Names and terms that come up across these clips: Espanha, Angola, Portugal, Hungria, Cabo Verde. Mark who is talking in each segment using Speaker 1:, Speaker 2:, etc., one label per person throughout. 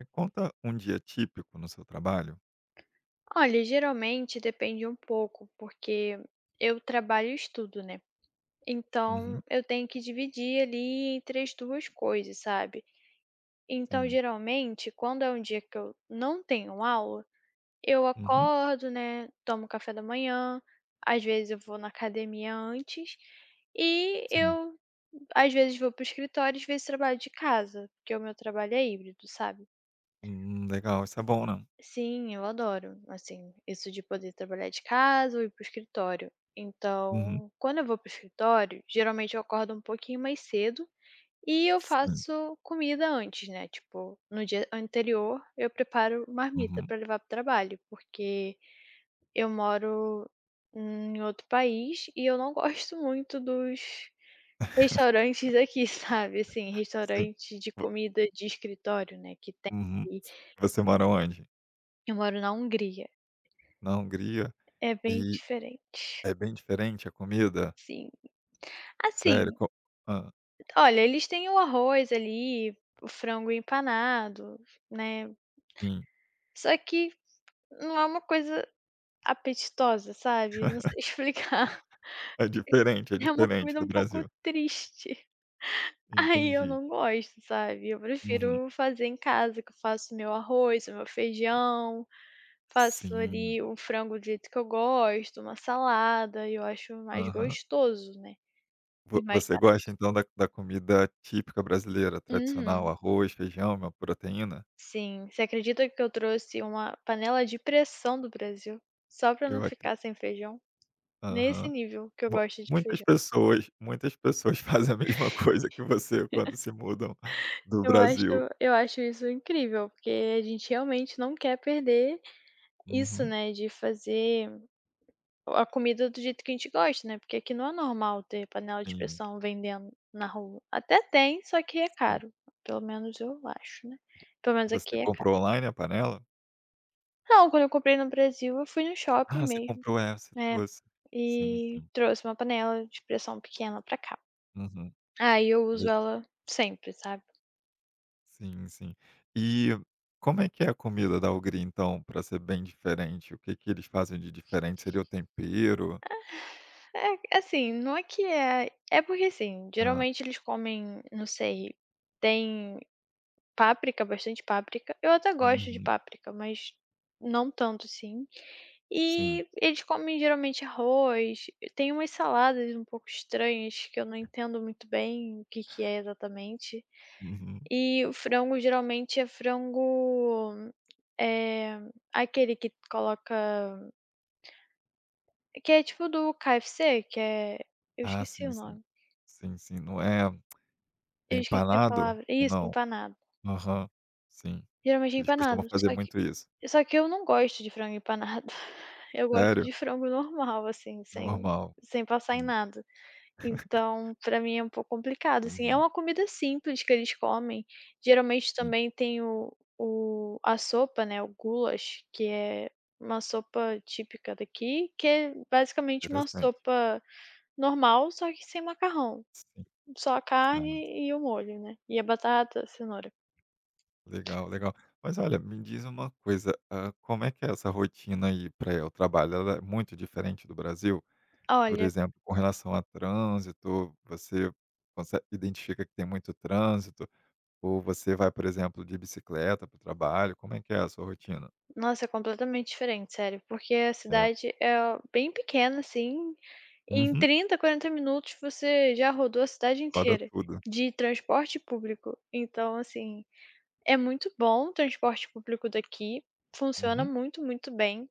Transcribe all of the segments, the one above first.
Speaker 1: Me conta um dia típico no seu trabalho.
Speaker 2: Olha, geralmente depende um pouco, porque eu trabalho e estudo, né? Então
Speaker 1: Uhum,
Speaker 2: eu tenho que dividir ali entre as duas coisas, sabe? Então,
Speaker 1: sim.
Speaker 2: geralmente, quando é um dia que eu não tenho aula, eu
Speaker 1: Uhum,
Speaker 2: acordo, né? Tomo café da manhã, às vezes eu vou na academia antes, e
Speaker 1: sim.
Speaker 2: eu às vezes vou para o escritório, às vezes trabalho de casa, porque o meu trabalho é híbrido, sabe?
Speaker 1: Legal, isso é bom, né.
Speaker 2: Sim, eu adoro, assim, isso de poder trabalhar de casa ou ir para o escritório.
Speaker 1: Uhum,
Speaker 2: Então, quando eu vou para o escritório, geralmente eu acordo um pouquinho mais cedo e eu
Speaker 1: sim.
Speaker 2: faço comida antes, né, tipo, no dia anterior eu preparo marmita
Speaker 1: Uhum,
Speaker 2: pra levar para o trabalho, porque eu moro em outro país e eu não gosto muito dos restaurantes aqui. Sabe, assim,
Speaker 1: sim.
Speaker 2: restaurante de
Speaker 1: Vo
Speaker 2: comida de escritório, né, que tem
Speaker 1: Uhum. Você mora onde?
Speaker 2: eu moro na Hungria.
Speaker 1: Na Hungria?
Speaker 2: É bem
Speaker 1: E
Speaker 2: diferente,
Speaker 1: é bem diferente a comida?
Speaker 2: sim.
Speaker 1: Sério,
Speaker 2: Assim,
Speaker 1: co hã,
Speaker 2: olha, eles têm o arroz ali, o frango empanado, né,
Speaker 1: sim.
Speaker 2: só que não é uma coisa apetitosa, sabe, não sei explicar.
Speaker 1: É
Speaker 2: É uma
Speaker 1: diferente
Speaker 2: comida um
Speaker 1: do
Speaker 2: pouco
Speaker 1: Brasil.
Speaker 2: triste, aí eu
Speaker 1: Entendi.
Speaker 2: não gosto, sabe, eu
Speaker 1: Uhum.
Speaker 2: prefiro fazer em casa, que eu faço meu arroz, o meu feijão, faço
Speaker 1: Sim.
Speaker 2: ali o frango do jeito que eu gosto, uma salada, e eu acho mais
Speaker 1: Aham.
Speaker 2: gostoso, né, e
Speaker 1: Vo
Speaker 2: mais
Speaker 1: você
Speaker 2: barato.
Speaker 1: gosta então da comida típica brasileira, tradicional,
Speaker 2: Uhum.
Speaker 1: arroz, feijão, uma proteína?
Speaker 2: Sim, você acredita que eu trouxe uma panela de pressão do Brasil, só pra não
Speaker 1: Eu
Speaker 2: ficar
Speaker 1: acredito.
Speaker 2: sem feijão? Nesse nível que eu
Speaker 1: Mu
Speaker 2: gosto de feijão.
Speaker 1: muitas pessoas fazem a mesma coisa que você quando se mudam do
Speaker 2: Eu acho
Speaker 1: Brasil.
Speaker 2: eu acho isso incrível, porque a gente realmente não quer perder isso,
Speaker 1: Uhum.
Speaker 2: né, de fazer a comida do jeito que a gente gosta, né, porque aqui não é normal ter panela de
Speaker 1: Sim,
Speaker 2: pressão vendendo na rua. Até tem, só que é
Speaker 1: sim.
Speaker 2: caro, pelo menos eu acho, né. Pelo menos aqui
Speaker 1: Você
Speaker 2: é caro.
Speaker 1: comprou online a panela?
Speaker 2: Não, quando eu comprei no Brasil, eu fui no
Speaker 1: Ah,
Speaker 2: shopping
Speaker 1: você
Speaker 2: mesmo.
Speaker 1: comprou, é, você
Speaker 2: É.
Speaker 1: trouxe. Sim,
Speaker 2: E
Speaker 1: sim.
Speaker 2: trouxe uma panela de pressão pequena pra cá.
Speaker 1: Uhum.
Speaker 2: Aí eu uso
Speaker 1: Legal.
Speaker 2: ela sempre, sabe.
Speaker 1: Sim, sim. E como é que é a comida da Hungria, então, para ser bem diferente? O que que eles fazem de diferente? Seria o tempero?
Speaker 2: É, assim, não é que é porque, assim,
Speaker 1: Hã.
Speaker 2: geralmente eles comem, não sei, tem páprica, bastante páprica. Eu até gosto de
Speaker 1: Uhum.
Speaker 2: páprica, mas não tanto assim.
Speaker 1: Sim.
Speaker 2: E eles comem geralmente arroz, tem umas saladas um pouco estranhas que eu não entendo muito bem o que que é exatamente.
Speaker 1: Uhum.
Speaker 2: E o frango geralmente é frango, eh, aquele que coloca que é tipo do KFC, que é eu
Speaker 1: Ah,
Speaker 2: esqueci o
Speaker 1: sim, sim.
Speaker 2: nome,
Speaker 1: Sim, sim. Não é
Speaker 2: eu esqueci a
Speaker 1: empanado
Speaker 2: palavra.
Speaker 1: ou
Speaker 2: Isso,
Speaker 1: não?
Speaker 2: empanado.
Speaker 1: Aham, sim.
Speaker 2: Geralmente é
Speaker 1: Eles costumam
Speaker 2: empanado,
Speaker 1: fazer
Speaker 2: só que
Speaker 1: muito isso.
Speaker 2: só que eu não gosto de frango empanado. Eu gosto
Speaker 1: Sério?
Speaker 2: de frango normal, assim, sem
Speaker 1: Normal.
Speaker 2: sem passar em
Speaker 1: Hum,
Speaker 2: nada. Então, pra mim é um pouco complicado, assim. É
Speaker 1: uhum,
Speaker 2: uma comida simples que eles comem. Geralmente
Speaker 1: sim,
Speaker 2: também tem o a sopa, né, o goulash, que é uma sopa típica daqui, que é basicamente uma
Speaker 1: interessante.
Speaker 2: sopa normal, só que sem macarrão.
Speaker 1: Sim.
Speaker 2: Só a
Speaker 1: Ah,
Speaker 2: carne e o molho, né, e a batata, a cenoura.
Speaker 1: legal, legal. Mas olha, me diz uma coisa, hã, como é que é essa rotina aí para ir trabalho? Ela é muito diferente do Brasil? Por
Speaker 2: Olha,
Speaker 1: exemplo, com relação a trânsito, você conse identifica que tem muito trânsito? Ou você vai, por exemplo, de bicicleta para o trabalho? Como é que é a sua rotina?
Speaker 2: nossa, é completamente diferente, sério, porque a
Speaker 1: É.
Speaker 2: cidade é bem pequena, assim. Em
Speaker 1: Uhum.
Speaker 2: 30, 40 minutos você já rodou a cidade
Speaker 1: Roda
Speaker 2: inteira
Speaker 1: tudo.
Speaker 2: de transporte público. Então, assim, é muito bom o transporte público daqui, funciona
Speaker 1: Uhum,
Speaker 2: muito, muito bem.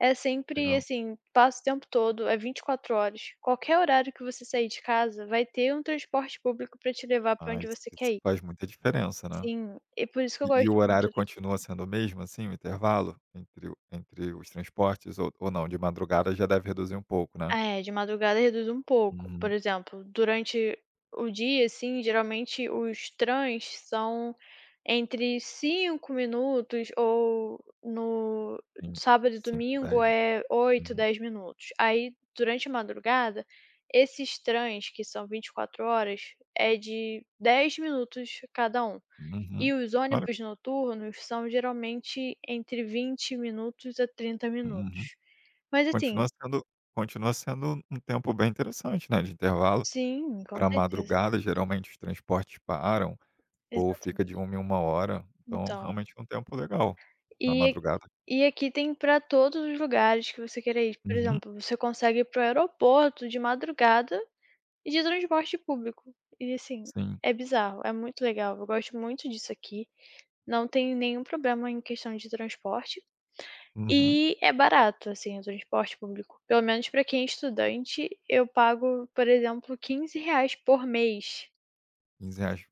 Speaker 2: É sempre
Speaker 1: legal.
Speaker 2: assim, passa o tempo todo, é 24 horas. Qualquer horário que você sair de casa, vai ter um transporte público pra te levar pra
Speaker 1: Ah,
Speaker 2: onde
Speaker 1: isso
Speaker 2: você quer
Speaker 1: isso
Speaker 2: ir.
Speaker 1: faz muita diferença, né.
Speaker 2: Sim, e por isso que eu
Speaker 1: E o
Speaker 2: gosto muito
Speaker 1: horário
Speaker 2: daqui.
Speaker 1: continua sendo o mesmo, assim, o intervalo entre os transportes ou não, de madrugada já deve reduzir um pouco, né?
Speaker 2: É, de madrugada reduz um pouco. Por
Speaker 1: Uhum,
Speaker 2: exemplo, durante o dia, assim, geralmente os trans são entre 5 minutos ou no
Speaker 1: sim,
Speaker 2: sábado e
Speaker 1: 5
Speaker 2: domingo
Speaker 1: h.
Speaker 2: é 8,
Speaker 1: Uhum,
Speaker 2: 10 minutos. Aí, durante a madrugada, esses trans que são 24 horas é de 10 minutos cada um.
Speaker 1: uhum.
Speaker 2: E os
Speaker 1: Olha,
Speaker 2: ônibus noturnos são geralmente entre 20 minutos a 30
Speaker 1: uhum.
Speaker 2: minutos. Mas assim
Speaker 1: Continua sendo continua sendo um tempo bem interessante, né, de intervalo.
Speaker 2: sim, com
Speaker 1: Para
Speaker 2: certeza.
Speaker 1: madrugada, geralmente os transportes param ou fica de
Speaker 2: Exatamente.
Speaker 1: uma em 1 hora, então
Speaker 2: Então,
Speaker 1: realmente é um tempo legal para
Speaker 2: e aqui
Speaker 1: madrugada.
Speaker 2: e aqui tem para todos os lugares que você queira ir. Por
Speaker 1: Uhum,
Speaker 2: exemplo, você consegue ir para o aeroporto de madrugada e de transporte público. E assim,
Speaker 1: sim.
Speaker 2: é bizarro, é muito legal, eu gosto muito disso aqui. Não tem nenhum problema em questão de transporte
Speaker 1: Uhum,
Speaker 2: e é barato, assim, o transporte público. Pelo menos para quem é estudante, eu pago, por exemplo, R$ 15 por mês.
Speaker 1: R$15,00.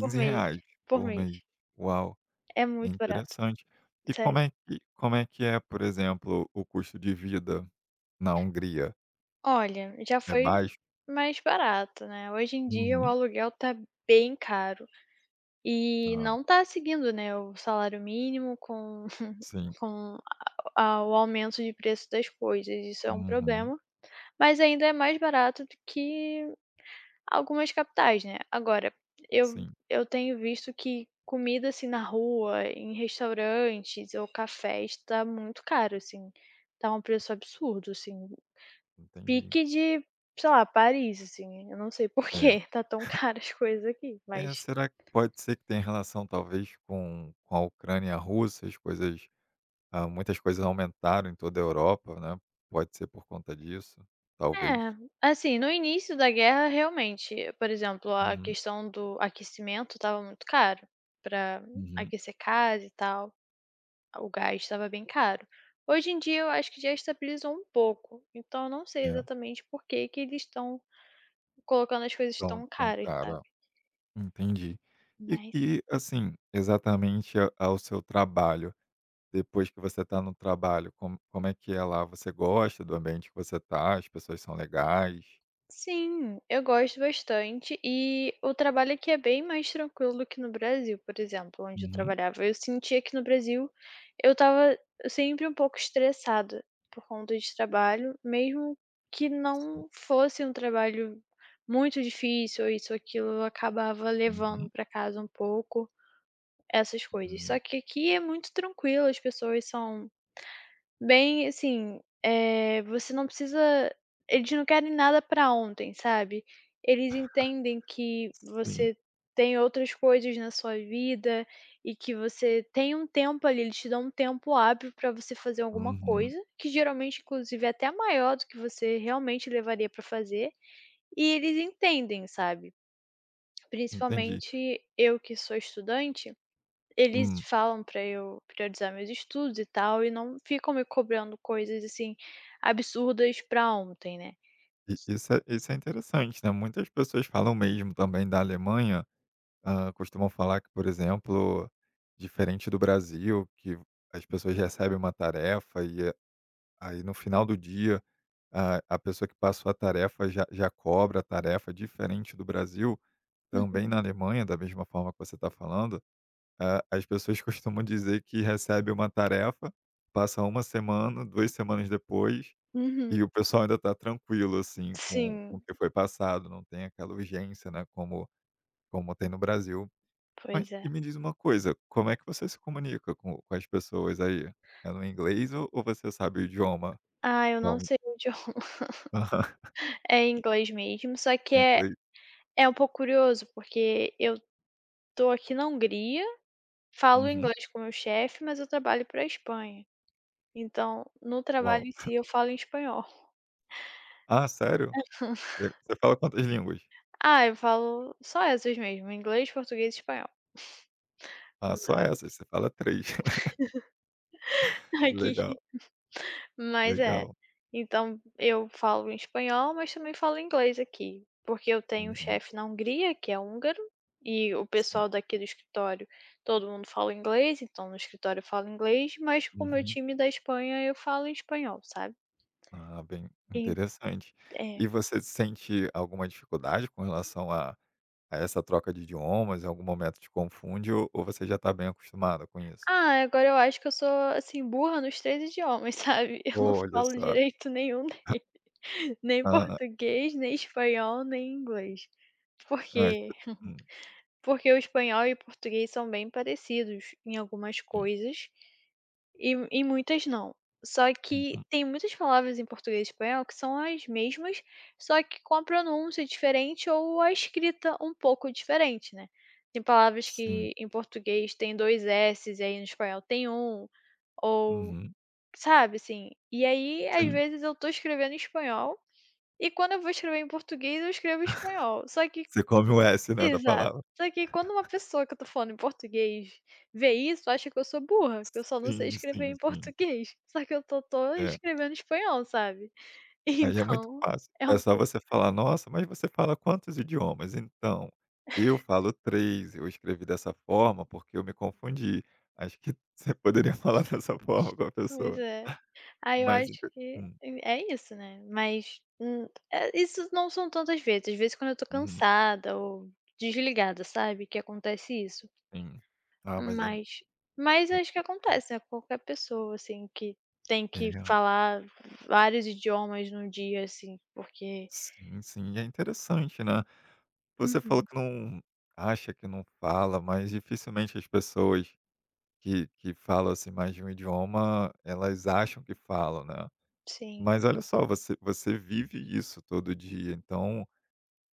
Speaker 2: Por mês,
Speaker 1: reais
Speaker 2: por
Speaker 1: por
Speaker 2: mês.
Speaker 1: mês. Uau,
Speaker 2: É
Speaker 1: é
Speaker 2: muito barato,
Speaker 1: interessante. E
Speaker 2: sério.
Speaker 1: como é que é, por exemplo, o custo de vida na Hungria?
Speaker 2: Olha, já
Speaker 1: É
Speaker 2: foi
Speaker 1: baixo?
Speaker 2: mais barato, né. Hoje em dia o
Speaker 1: Uhum.
Speaker 2: aluguel tá bem caro e
Speaker 1: Ah,
Speaker 2: não tá seguindo, né, o salário mínimo com
Speaker 1: sim.
Speaker 2: com a o aumento de preço das coisas. Isso é um
Speaker 1: Uhum.
Speaker 2: problema, mas ainda é mais barato do que algumas capitais, né. Agora, eu
Speaker 1: Sim,
Speaker 2: eu tenho visto que comida, assim, na rua, em restaurantes ou cafés, tá muito caro, assim, tá um preço absurdo, assim. Pique
Speaker 1: entendi.
Speaker 2: de, sei lá, Paris, assim, eu não sei por
Speaker 1: É.
Speaker 2: que tá tão caro as coisas aqui,
Speaker 1: É,
Speaker 2: mas
Speaker 1: será que pode ser que tenha relação talvez com a Ucrânia e a Rússia, as coisas, ah, muitas coisas aumentaram em toda a Europa, né, pode ser por conta disso? Talvez.
Speaker 2: é, assim, no início da guerra realmente, por exemplo, a
Speaker 1: Uhum,
Speaker 2: questão do aquecimento tava muito caro, pra
Speaker 1: uhum.
Speaker 2: aquecer casa e tal, o gás estava bem caro. Hoje em dia eu acho que já estabilizou um pouco, então eu não sei
Speaker 1: É,
Speaker 2: exatamente por que que eles estão colocando as coisas
Speaker 1: tão
Speaker 2: tão
Speaker 1: tão
Speaker 2: caras, sabe.
Speaker 1: cara. Entendi. E, assim, exatamente a ao seu trabalho, depois que você está no trabalho, como é que é lá? Você gosta do ambiente que você está. As pessoas são legais?
Speaker 2: Sim, eu gosto bastante e o trabalho aqui é bem mais tranquilo do que no Brasil, por exemplo, onde eu
Speaker 1: Uhum.
Speaker 2: trabalhava. Eu sentia que no Brasil eu estava sempre um pouco estressada por conta de trabalho, mesmo que
Speaker 1: Sim.
Speaker 2: não fosse um trabalho muito difícil ou isso ou aquilo, eu acabava levando
Speaker 1: Uhum.
Speaker 2: para casa um pouco essas coisas. Só
Speaker 1: Hum.
Speaker 2: que aqui é muito tranquilo, as pessoas são bem assim. Você não precisa Eles não querem nada pra ontem, sabe. Eles entendem que
Speaker 1: Sim.
Speaker 2: você tem outras coisas na sua vida e que você tem um tempo ali, eles te dão um tempo hábil pra você fazer alguma
Speaker 1: Uhum.
Speaker 2: coisa, que geralmente inclusive é até maior do que você realmente levaria pra fazer, e eles entendem, sabe.
Speaker 1: Entendi.
Speaker 2: Principalmente eu que sou estudante, eles
Speaker 1: Hum.
Speaker 2: falam pra eu priorizar meus estudos e tal, e não ficam me cobrando coisas, assim, absurdas pra ontem, né.
Speaker 1: I isso é interessante, né, muitas pessoas falam mesmo também da Alemanha, hã, costumam falar que, por exemplo, diferente do Brasil, que as pessoas recebem uma tarefa e aí no final do dia a pessoa que passou a tarefa já cobra a tarefa, diferente do Brasil, também
Speaker 2: Uhum,
Speaker 1: na Alemanha, da mesma forma que você está falando, ah, as pessoas costumam dizer que recebe uma tarefa, passa uma semana, 2 semanas depois,
Speaker 2: uhum.
Speaker 1: e o pessoal ainda está tranquilo, assim, com o
Speaker 2: Sim,
Speaker 1: que foi passado, não tem aquela urgência, né, como tem no Brasil. Mas
Speaker 2: pois é.
Speaker 1: e me diz uma coisa, como é que você se comunica com as pessoas aí? É no inglês ou você sabe o idioma?
Speaker 2: Ah, eu não
Speaker 1: Não.
Speaker 2: sei o idioma. É inglês mesmo. Só que
Speaker 1: É
Speaker 2: é
Speaker 1: inglês.
Speaker 2: É um pouco curioso, porque eu tô aqui na Hungria, falo
Speaker 1: Uhum.
Speaker 2: inglês com o meu chefe, mas eu trabalho pra Espanha. Então, no
Speaker 1: Uau.
Speaker 2: trabalho em si, eu falo em espanhol.
Speaker 1: Ah, sério? Le você fala quantas línguas?
Speaker 2: Ah, eu falo só essas mesmo, inglês, português e espanhol.
Speaker 1: Ah, só
Speaker 2: Mas
Speaker 1: essas, você fala 3.
Speaker 2: aqui
Speaker 1: Legal,
Speaker 2: Mas é.
Speaker 1: legal.
Speaker 2: Então eu falo em espanhol, mas também falo inglês aqui, porque eu tenho um
Speaker 1: Uhum,
Speaker 2: chefe na Hungria, que é húngaro, e o
Speaker 1: sim.
Speaker 2: pessoal daqui do escritório, todo mundo fala inglês, então no escritório eu falo inglês, mas com o meu
Speaker 1: Uhum.
Speaker 2: time da Espanha eu falo em espanhol, sabe.
Speaker 1: Ah, bem
Speaker 2: E
Speaker 1: interessante.
Speaker 2: é.
Speaker 1: E você sente alguma dificuldade com relação a essa troca de idiomas? Em algum momento te confunde ou você já está bem acostumada com isso?
Speaker 2: Ah, agora eu acho que eu sou, assim, burra nos 3 idiomas, sabe. Eu não
Speaker 1: Olha
Speaker 2: falo
Speaker 1: só.
Speaker 2: direito nenhum deles, nem
Speaker 1: Aham.
Speaker 2: português, nem espanhol, nem inglês.
Speaker 1: Ah,
Speaker 2: Porque
Speaker 1: espe hum,
Speaker 2: Porque o espanhol e o português são bem parecidos em algumas
Speaker 1: hum,
Speaker 2: coisas e em muitas não. Só que
Speaker 1: uhum.
Speaker 2: tem muitas palavras em português e espanhol que são as mesmas, só que com a pronúncia diferente ou a escrita um pouco diferente, né. Tem palavras
Speaker 1: Sim.
Speaker 2: que em português tem 2 s's e aí no espanhol tem um, ou
Speaker 1: Uhum.
Speaker 2: sabe, assim. E aí, às
Speaker 1: Sim.
Speaker 2: vezes, eu tô escrevendo em espanhol e quando eu vou escrever em português eu escrevo em espanhol. Só que
Speaker 1: Você come o S, né, da
Speaker 2: Exato.
Speaker 1: palavra.
Speaker 2: Só que quando uma pessoa que eu tô falando em português vê isso, acha que eu sou burra, que eu só não sei
Speaker 1: Sim,
Speaker 2: escrever
Speaker 1: sim,
Speaker 2: em
Speaker 1: sim.
Speaker 2: português. Só que eu só tô
Speaker 1: É.
Speaker 2: escrevendo em espanhol, sabe.
Speaker 1: Aí é muito
Speaker 2: Então
Speaker 1: fácil.
Speaker 2: é
Speaker 1: É
Speaker 2: um
Speaker 1: só
Speaker 2: pouco
Speaker 1: você falar: "Nossa, mas você fala quantos idiomas?". "Então, eu falo 3. Eu escrevi dessa forma porque eu me confundi". Acho que você poderia falar dessa forma com a
Speaker 2: pois
Speaker 1: pessoa.
Speaker 2: é. Aí eu
Speaker 1: Mas
Speaker 2: acho
Speaker 1: inte
Speaker 2: que
Speaker 1: hum,
Speaker 2: é isso, né. Mas, isso não são tantas vezes, às vezes quando eu tô
Speaker 1: uhum,
Speaker 2: cansada ou desligada, sabe, que acontece isso.
Speaker 1: sim. Ah, mas é,
Speaker 2: Mas mas acho que
Speaker 1: uhum.
Speaker 2: acontece a qualquer pessoa, assim, que tem
Speaker 1: É,
Speaker 2: que falar vários idiomas no dia, assim, porque.
Speaker 1: sim, sim. E é interessante, né. Você falou
Speaker 2: Uhum,
Speaker 1: que não acha que não fala, mas dificilmente as pessoas que falam, assim, mais de um idioma, elas acham que falam, né.
Speaker 2: sim.
Speaker 1: Mas olha só, você vive isso todo dia, então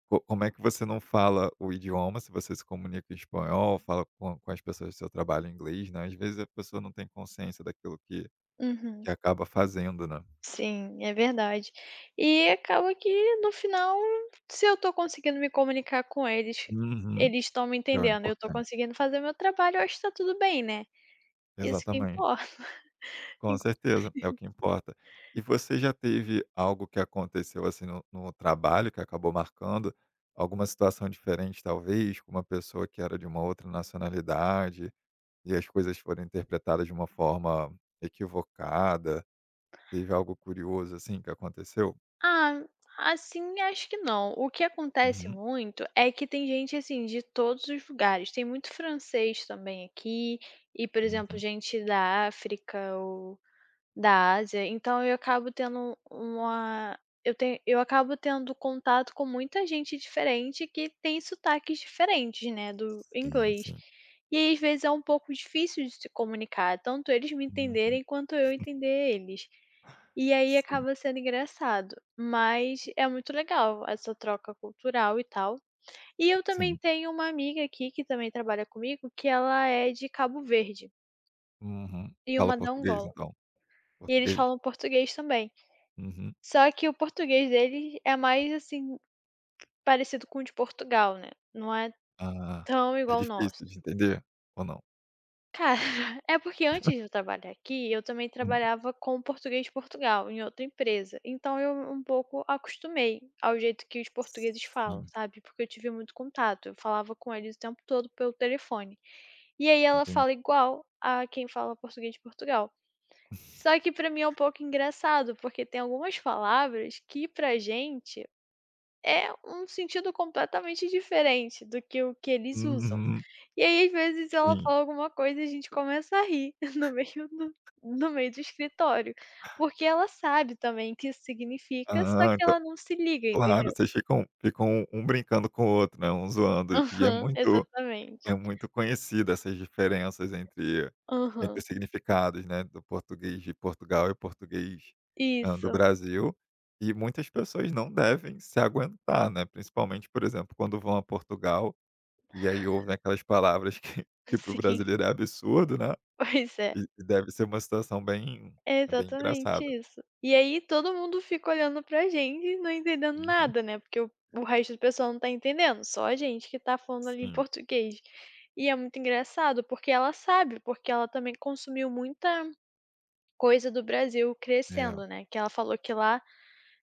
Speaker 1: co como é que você não fala o idioma, se você se comunica em espanhol, fala com as pessoas do seu trabalho em inglês, né, às vezes a pessoa não tem consciência daquilo
Speaker 2: Uhum.
Speaker 1: que acaba fazendo, né.
Speaker 2: Sim, é verdade. E acaba que no final, se eu tô conseguindo me comunicar com eles,
Speaker 1: Uhum.
Speaker 2: eles estão me
Speaker 1: Então é
Speaker 2: entendendo, eu tô
Speaker 1: importante.
Speaker 2: conseguindo fazer meu trabalho, eu acho que tá tudo bem, né. Isso que
Speaker 1: Exatamente.
Speaker 2: importa.
Speaker 1: Com certeza, é o que importa. E você já teve algo que aconteceu, assim, no trabalho que acabou marcando? Alguma situação diferente, talvez, com uma pessoa que era de uma outra nacionalidade? E as coisas foram interpretadas de uma forma equivocada. Teve algo curioso, assim, que aconteceu?
Speaker 2: Ah, assim, acho que não. O que acontece
Speaker 1: Uhum,
Speaker 2: muito é que tem gente assim de todos os lugares. Tem muito francês também aqui e, por exemplo,
Speaker 1: uhum.
Speaker 2: gente da África, da Ásia, então eu acabo tendo contato com muita gente diferente que tem sotaques diferentes, né, do
Speaker 1: Sim,
Speaker 2: inglês.
Speaker 1: sim.
Speaker 2: E aí, às vezes, é um pouco difícil de se comunicar, tanto eles me
Speaker 1: Uhum.
Speaker 2: entenderem quanto eu entender eles. E aí
Speaker 1: Sim,
Speaker 2: acaba sendo engraçado, mas é muito legal essa troca cultural e tal. E eu também
Speaker 1: sim.
Speaker 2: tenho uma amiga aqui que também trabalha comigo, que ela é de Cabo Verde
Speaker 1: Uhum.
Speaker 2: e
Speaker 1: Fala
Speaker 2: uma da
Speaker 1: português,
Speaker 2: Angola,
Speaker 1: então?
Speaker 2: e eles
Speaker 1: Português?
Speaker 2: falam português também.
Speaker 1: Uhum.
Speaker 2: Só que o português deles é mais, assim, parecido com o de Portugal, né, não é
Speaker 1: Ah,
Speaker 2: tão
Speaker 1: é
Speaker 2: igual o nosso.
Speaker 1: difícil de entender ou não?
Speaker 2: Cara, é porque antes de eu trabalhar aqui, eu também
Speaker 1: Hum,
Speaker 2: trabalhava com português de Portugal, em outra empresa, então eu um pouco acostumei ao jeito que os portugueses falam,
Speaker 1: sim,
Speaker 2: sabe, porque eu tive muito contato, eu falava com eles o tempo todo pelo telefone. E aí ela
Speaker 1: entendi.
Speaker 2: fala igual a quem fala português de Portugal. Só que pra mim é um pouco engraçado, porque tem algumas palavras que pra gente é um sentido completamente diferente do que o que eles usam.
Speaker 1: Uhum,
Speaker 2: E aí, às vezes, ela
Speaker 1: sim.
Speaker 2: fala alguma coisa e a gente começa a rir no meio do no meio do escritório, porque ela sabe também o que isso significa, só
Speaker 1: Ah,
Speaker 2: que
Speaker 1: então
Speaker 2: ela não se liga,
Speaker 1: claro,
Speaker 2: entendeu?
Speaker 1: vocês ficam um brincando com o outro, né, um zoando. e é
Speaker 2: Aham,
Speaker 1: muito
Speaker 2: exatamente.
Speaker 1: É muito conhecida essas diferenças entre
Speaker 2: Aham,
Speaker 1: os significados, né, do português de Portugal e português, hã, do
Speaker 2: isso,
Speaker 1: Brasil, e muitas pessoas não devem se aguentar, né, principalmente, por exemplo, quando vão a Portugal, e aí ouvem aquelas palavras que que para o
Speaker 2: sim,
Speaker 1: brasileiro é absurdo, né,
Speaker 2: pois é.
Speaker 1: e deve ser uma situação bem
Speaker 2: É
Speaker 1: é bem
Speaker 2: exatamente
Speaker 1: engraçada.
Speaker 2: isso. E aí todo mundo fica olhando pra gente e não entendendo
Speaker 1: Uhum.
Speaker 2: nada, né, porque o resto do pessoal não tá entendendo, só a gente que tá falando ali em
Speaker 1: Sim.
Speaker 2: português. E é muito engraçado, porque ela sabe, porque ela também consumiu muita coisa do Brasil
Speaker 1: É.
Speaker 2: crescendo, né, que ela falou que lá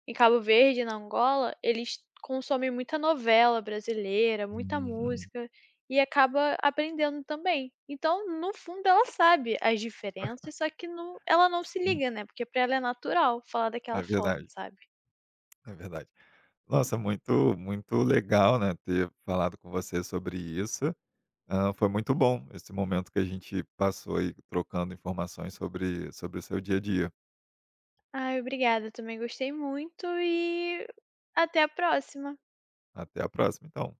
Speaker 2: em Cabo Verde, na Angola, eles consomem muita novela brasileira, muita
Speaker 1: Uhum.
Speaker 2: música e acaba aprendendo também. Então, no fundo, ela sabe as diferenças, só que ela não se
Speaker 1: Sim.
Speaker 2: liga, né, porque pra ela é natural falar
Speaker 1: É
Speaker 2: daquela forma,
Speaker 1: verdade,
Speaker 2: sabe.
Speaker 1: é verdade. Nossa, muito, muito legal, né, ter falado com você sobre isso. Hã, foi muito bom esse momento que a gente passou aí trocando informações sobre o seu dia a dia.
Speaker 2: Ai, obrigada, também gostei muito e até a próxima.
Speaker 1: Até a próxima, então.